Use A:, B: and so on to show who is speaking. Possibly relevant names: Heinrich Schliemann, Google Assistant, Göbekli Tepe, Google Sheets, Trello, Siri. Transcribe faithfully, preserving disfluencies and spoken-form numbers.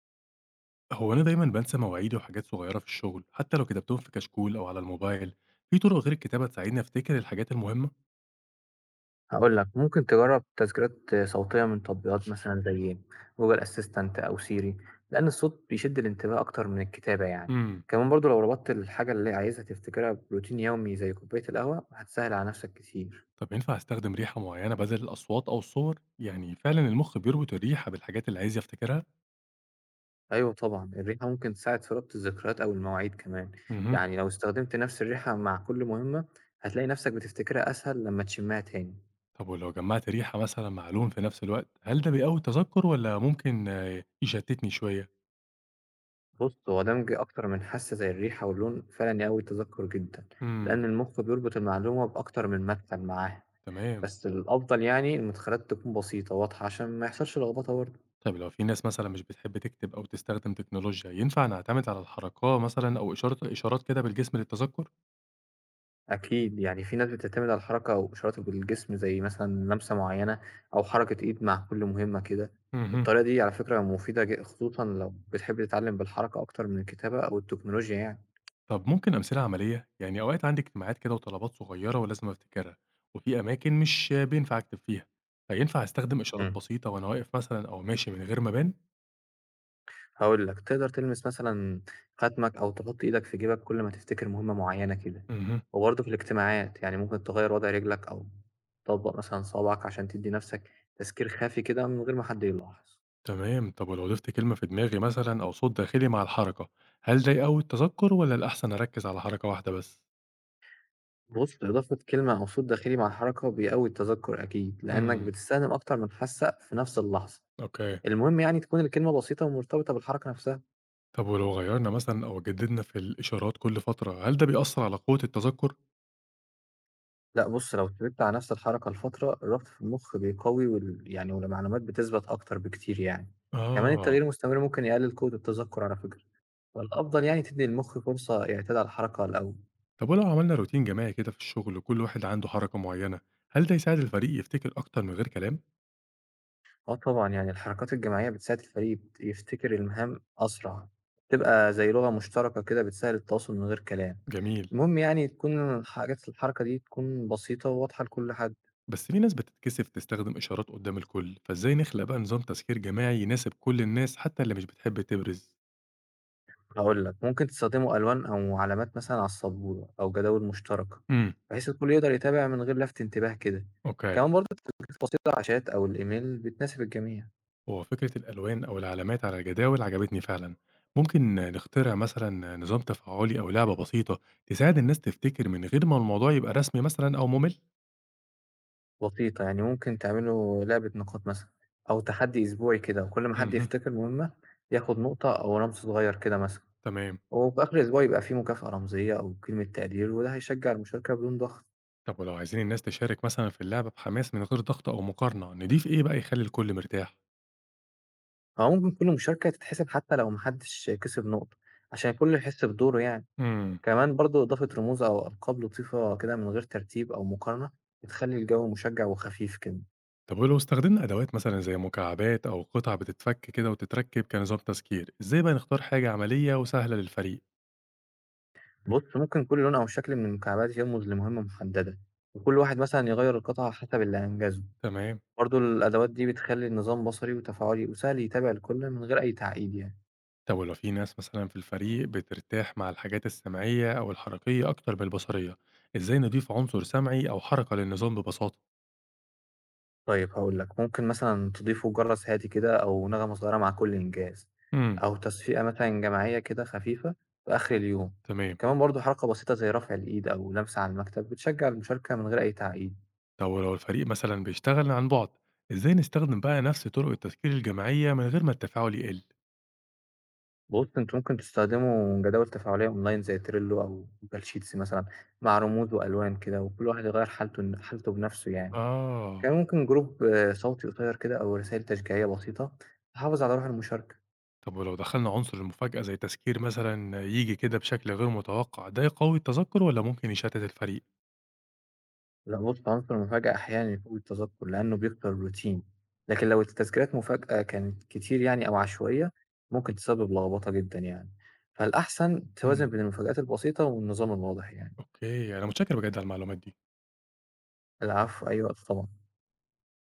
A: هو أنا دايمًا بانسى مواعيدي وحاجات صغيرة في الشغل، حتى لو كتبتهم في كشكول أو على الموبايل، في طرق غير الكتابة تساعدني أفتكر الحاجات المهمة؟
B: هاقول لك، ممكن تجرّب تذكيرات صوتية من تطبيقات مثلًا زي Google Assistant أو Siri، لإن الصوت بيشد الانتباه أكتر من الكتابة يعني.
A: امم،
B: كمان برضه لو ربطت الحاجة اللي عايزها تفتكرها بروتين يومي زي كوباية القهوة، هتسهِّل على نفسك كتير.
A: طب ينفع أستخدم ريحة معينة بدل الأصوات أو الصور؟ يعني فعلًا المخ بيربط الريحة بالحاجات اللي عايز يفتكرها؟
B: أيوه طبعًا، الريحة ممكن تساعد في ربط الذكريات أو المواعيد كمان،
A: اهم،
B: يعني لو استخدمت نفس الريحة مع كل مهمة، هتلاقي نفسك بتفتكرها أسهل لمّا تشمّها تاني.
A: طب ولو جمعت ريحة مثلًا مع لون في نفس الوقت، هل ده بيقوي التذكر والّا ممكن آه، يشتتني شوية؟
B: بص هو دمج أكتر من حاسة زي الريحة واللون فعلا يقوي التذكر جدا،
A: امم،
B: لأن المخ بيربط المعلومة بأكتر من مدخل معاها.
A: تمام.
B: بس الأفضل يعني المدخلات تكون بسيطة واضحة عشان ما يحصلش لخبطة برضه.
A: طب لو في ناس مثلًا مش بتحب تكتب أو تستخدم تكنولوجيا، ينفع نعتمد على الحركاة مثلًا أو إشارة إشارات كده بالجسم للتذكر؟
B: أكيد يعني في ناس بتعتمد على الحركة أو إشارات بالجسم زي مثلا لمسة معينة أو حركة إيد مع كل مهمة كده.
A: اهم.
B: الطريقة دي على فكرة مفيدة جد- خصوصا لو بتحب تتعلم بالحركة أكتر من الكتابة أو التكنولوجيا يعني.
A: طب ممكن أمثلة عملية؟ يعني أوقات عندي اجتماعات كده وطلبات صغيرة ولازم أفتكرها، وفي أماكن مش بينفع أكتب فيها، فينفع أستخدم إشارات
B: مم.
A: بسيطة وأنا واقف مثلًا أو ماشي من غير ما أبان؟
B: هاقول لك، تقدر تلمس مثلًا خاتمك أو تحُط إيدك في جيبك كل ما تفتكر مهمة معيّنة كده،
A: اهم،
B: وبرضه في الاجتماعات، يعني ممكن تغيّر وضع رجلك أو تطبّق مثلًا صوابعك عشان تدّي نَفْسك تذكير خافي كده من غير ما حد يلاحظ.
A: تمام. طب ولو ضفت كلمة في دماغي مثلًا أو صوت داخلي مع الحركة، هل ده يقوي التذكر ولا الأحسن أركز على حركة واحدة بس؟
B: بُص، إضافة كلمة أو صوت داخلي مع الحركة بيقوّي التذكُّر أكيد، لإنّك
A: امم،
B: بتستخدم أكتر من حاسة في نَفْس اللحظة،
A: أوكي.
B: المهم يعني تكون الكلمة بسيطة ومرتبطة بالحركة نَفْسها.
A: طب ولو غيرنا مثلًا أو جددنا في الإشارات كل فترة، هل ده بيأثر على قوة التذكر؟
B: لأ بُص، لو اتدربت على نفس الحركة لفترة، الربط في المخ بيقوي وال يعني والمعلومات بتثبت أكتر بكتير يعني. كمان
A: آه.
B: التغيير المستمر ممكن يقلل قوة التذكر على فكرة، فالأفضل يعني تدّي للمخ فرصة يعتاد على الحركة الأول.
A: طب ولو عملنا روتين جماعي كده في الشغل وكل واحد عنده حركة معينة، هل ده يساعد الفريق يفتكر أكتر من غير كلام؟
B: آه طبعًا، يعني الحركات الجماعية بتساعد الفريق يت يفتكر المهام أسرع، بتبقى زي لغة مشتركة كده بتسهّل التواصل من غير كلام.
A: جميل.
B: المهم يعني تكون الحاجات الحركة دي تكون بسيطة وواضحة لكل حد.
A: بس في ناس بتتكسف تستخدم إشارات قدام الكل، فإزاي نخلق بقى نظام تذكير جماعي يناسب كل الناس حتى اللي مش بتحب تبرز؟
B: هاقول لك، ممكن تستخدموا ألوان أو علامات مثلًا على السبورة أو جداول مشتركة،
A: امم
B: بحيث الكل يقدر يتابع من غير لفت انتباه كده،
A: أوكي.
B: كمان برضه تطبيقات بسيطة على الشات أو الإيميل بتناسب الجميع.
A: هو فكرة الألوان أو العلامات على الجداول عجبتني فعلا، ممكن نخترع مثلا نظام تفاعلي أو لعبة بسيطة تساعد الناس تفتكر من غير ما الموضوع يبقى رسمي مثلا أو ممل؟
B: بسيطة يعني ممكن تعملوا لعبة نقاط مثلًا أو تحدي أسبوعي كده، وكل ما حد
A: امم
B: يفتكر مهمة ياخد نقطة أو رمز صغير كده مثلًا،
A: تمام.
B: وفي آخر الأسبوع يبقى في مكافأة رمزية أو كلمة تقدير، وده هيشجع المشاركة بدون ضغط.
A: طب ولو عايزين الناس تشارك مثلا في اللعبة بحماس من غير ضغط أو مقارنة نضيف إيه بقى يخلي الكل مرتاح؟
B: أو ممكن كل مشاركة تتحسب حتى لو ما حدش كسب نقطة، عشان الكل يحس بدوره يعني.
A: مم.
B: كمان برضو إضافة رموز أو ألقاب لطيفة كده من غير ترتيب أو مقارنة بتخلي الجو مشجع وخفيف كده.
A: طب ولو استخدمنا أدوات مثلا زي مكعبات أو قطع بتتفك كده وتتركب كنظام تذكير إزاي بقى نختار حاجة عملية وسهلة للفريق؟
B: بص ممكن كل لون أو شكل من المكعبات يرمز لمهمة محددة، وكل واحد مثلا يغير القطعة حسب اللي أنجزه.
A: تمام.
B: برضو الأدوات دي بتخلي النظام بصري وتفاعلي وسهل يتابع الكل من غير أي تعقيد يعني.
A: طب ولو في ناس مثلا في الفريق بترتاح مع الحاجات السمعية أو الحركية أكتر من البصرية إزاي نضيف عنصر سمعي أو حركة للنظام ببساطة؟
B: طيب هقول لك ممكن مثلا تضيفوا جرس هادي كده أو نغمة صغيرة مع كل إنجاز،
A: مم.
B: أو تصفيقة مثلا جماعية كده خفيفة في آخر اليوم.
A: تمام.
B: كمان برضو حركة بسيطة زي رفع الإيد أو لمسة على المكتب بتشجع المشاركة من غير أي تعقيد.
A: طب ولو الفريق مثلا بيشتغل عن بعد إزاي نستخدم بقى نفس طرق التذكير الجماعية من غير ما التفاعل يقل؟
B: بص أنتوا ممكن تستخدموا جداول تفاعلية أونلاين زي تريلو أو جوجل شيتس مثلا مع رموز وألوان كده، وكل واحد يغير حالته حالته بنفسه يعني.
A: آه،
B: كان ممكن جروب آه، صوتي قصير كده أو رسائل تشجيعية بسيطة تحافظ على روح المشاركة.
A: طب ولو دخّلنا عنصر المفاجأة زي تذكير مثلًا ييجي كده بشكل غير متوقع، ده يقوي التذكُّر والّا ممكن يشتِّت الفريق؟
B: لأ بُص، عنصر المفاجأة أحيانًا يفوق التذكُّر لأنه بيكسر الروتين، لكن لو التذكيرات مفاجأة كانت كتير يعني أو عشوائية، ممكن تسبب لخبطة جدًا يعني، فالأحسن توازن
A: إمم.
B: بين المفاجآت البسيطة والنظام الواضح يعني.
A: أوكي، أنا متشكّر بجد على المعلومات دي.
B: العفو، أي وقت طبعًا.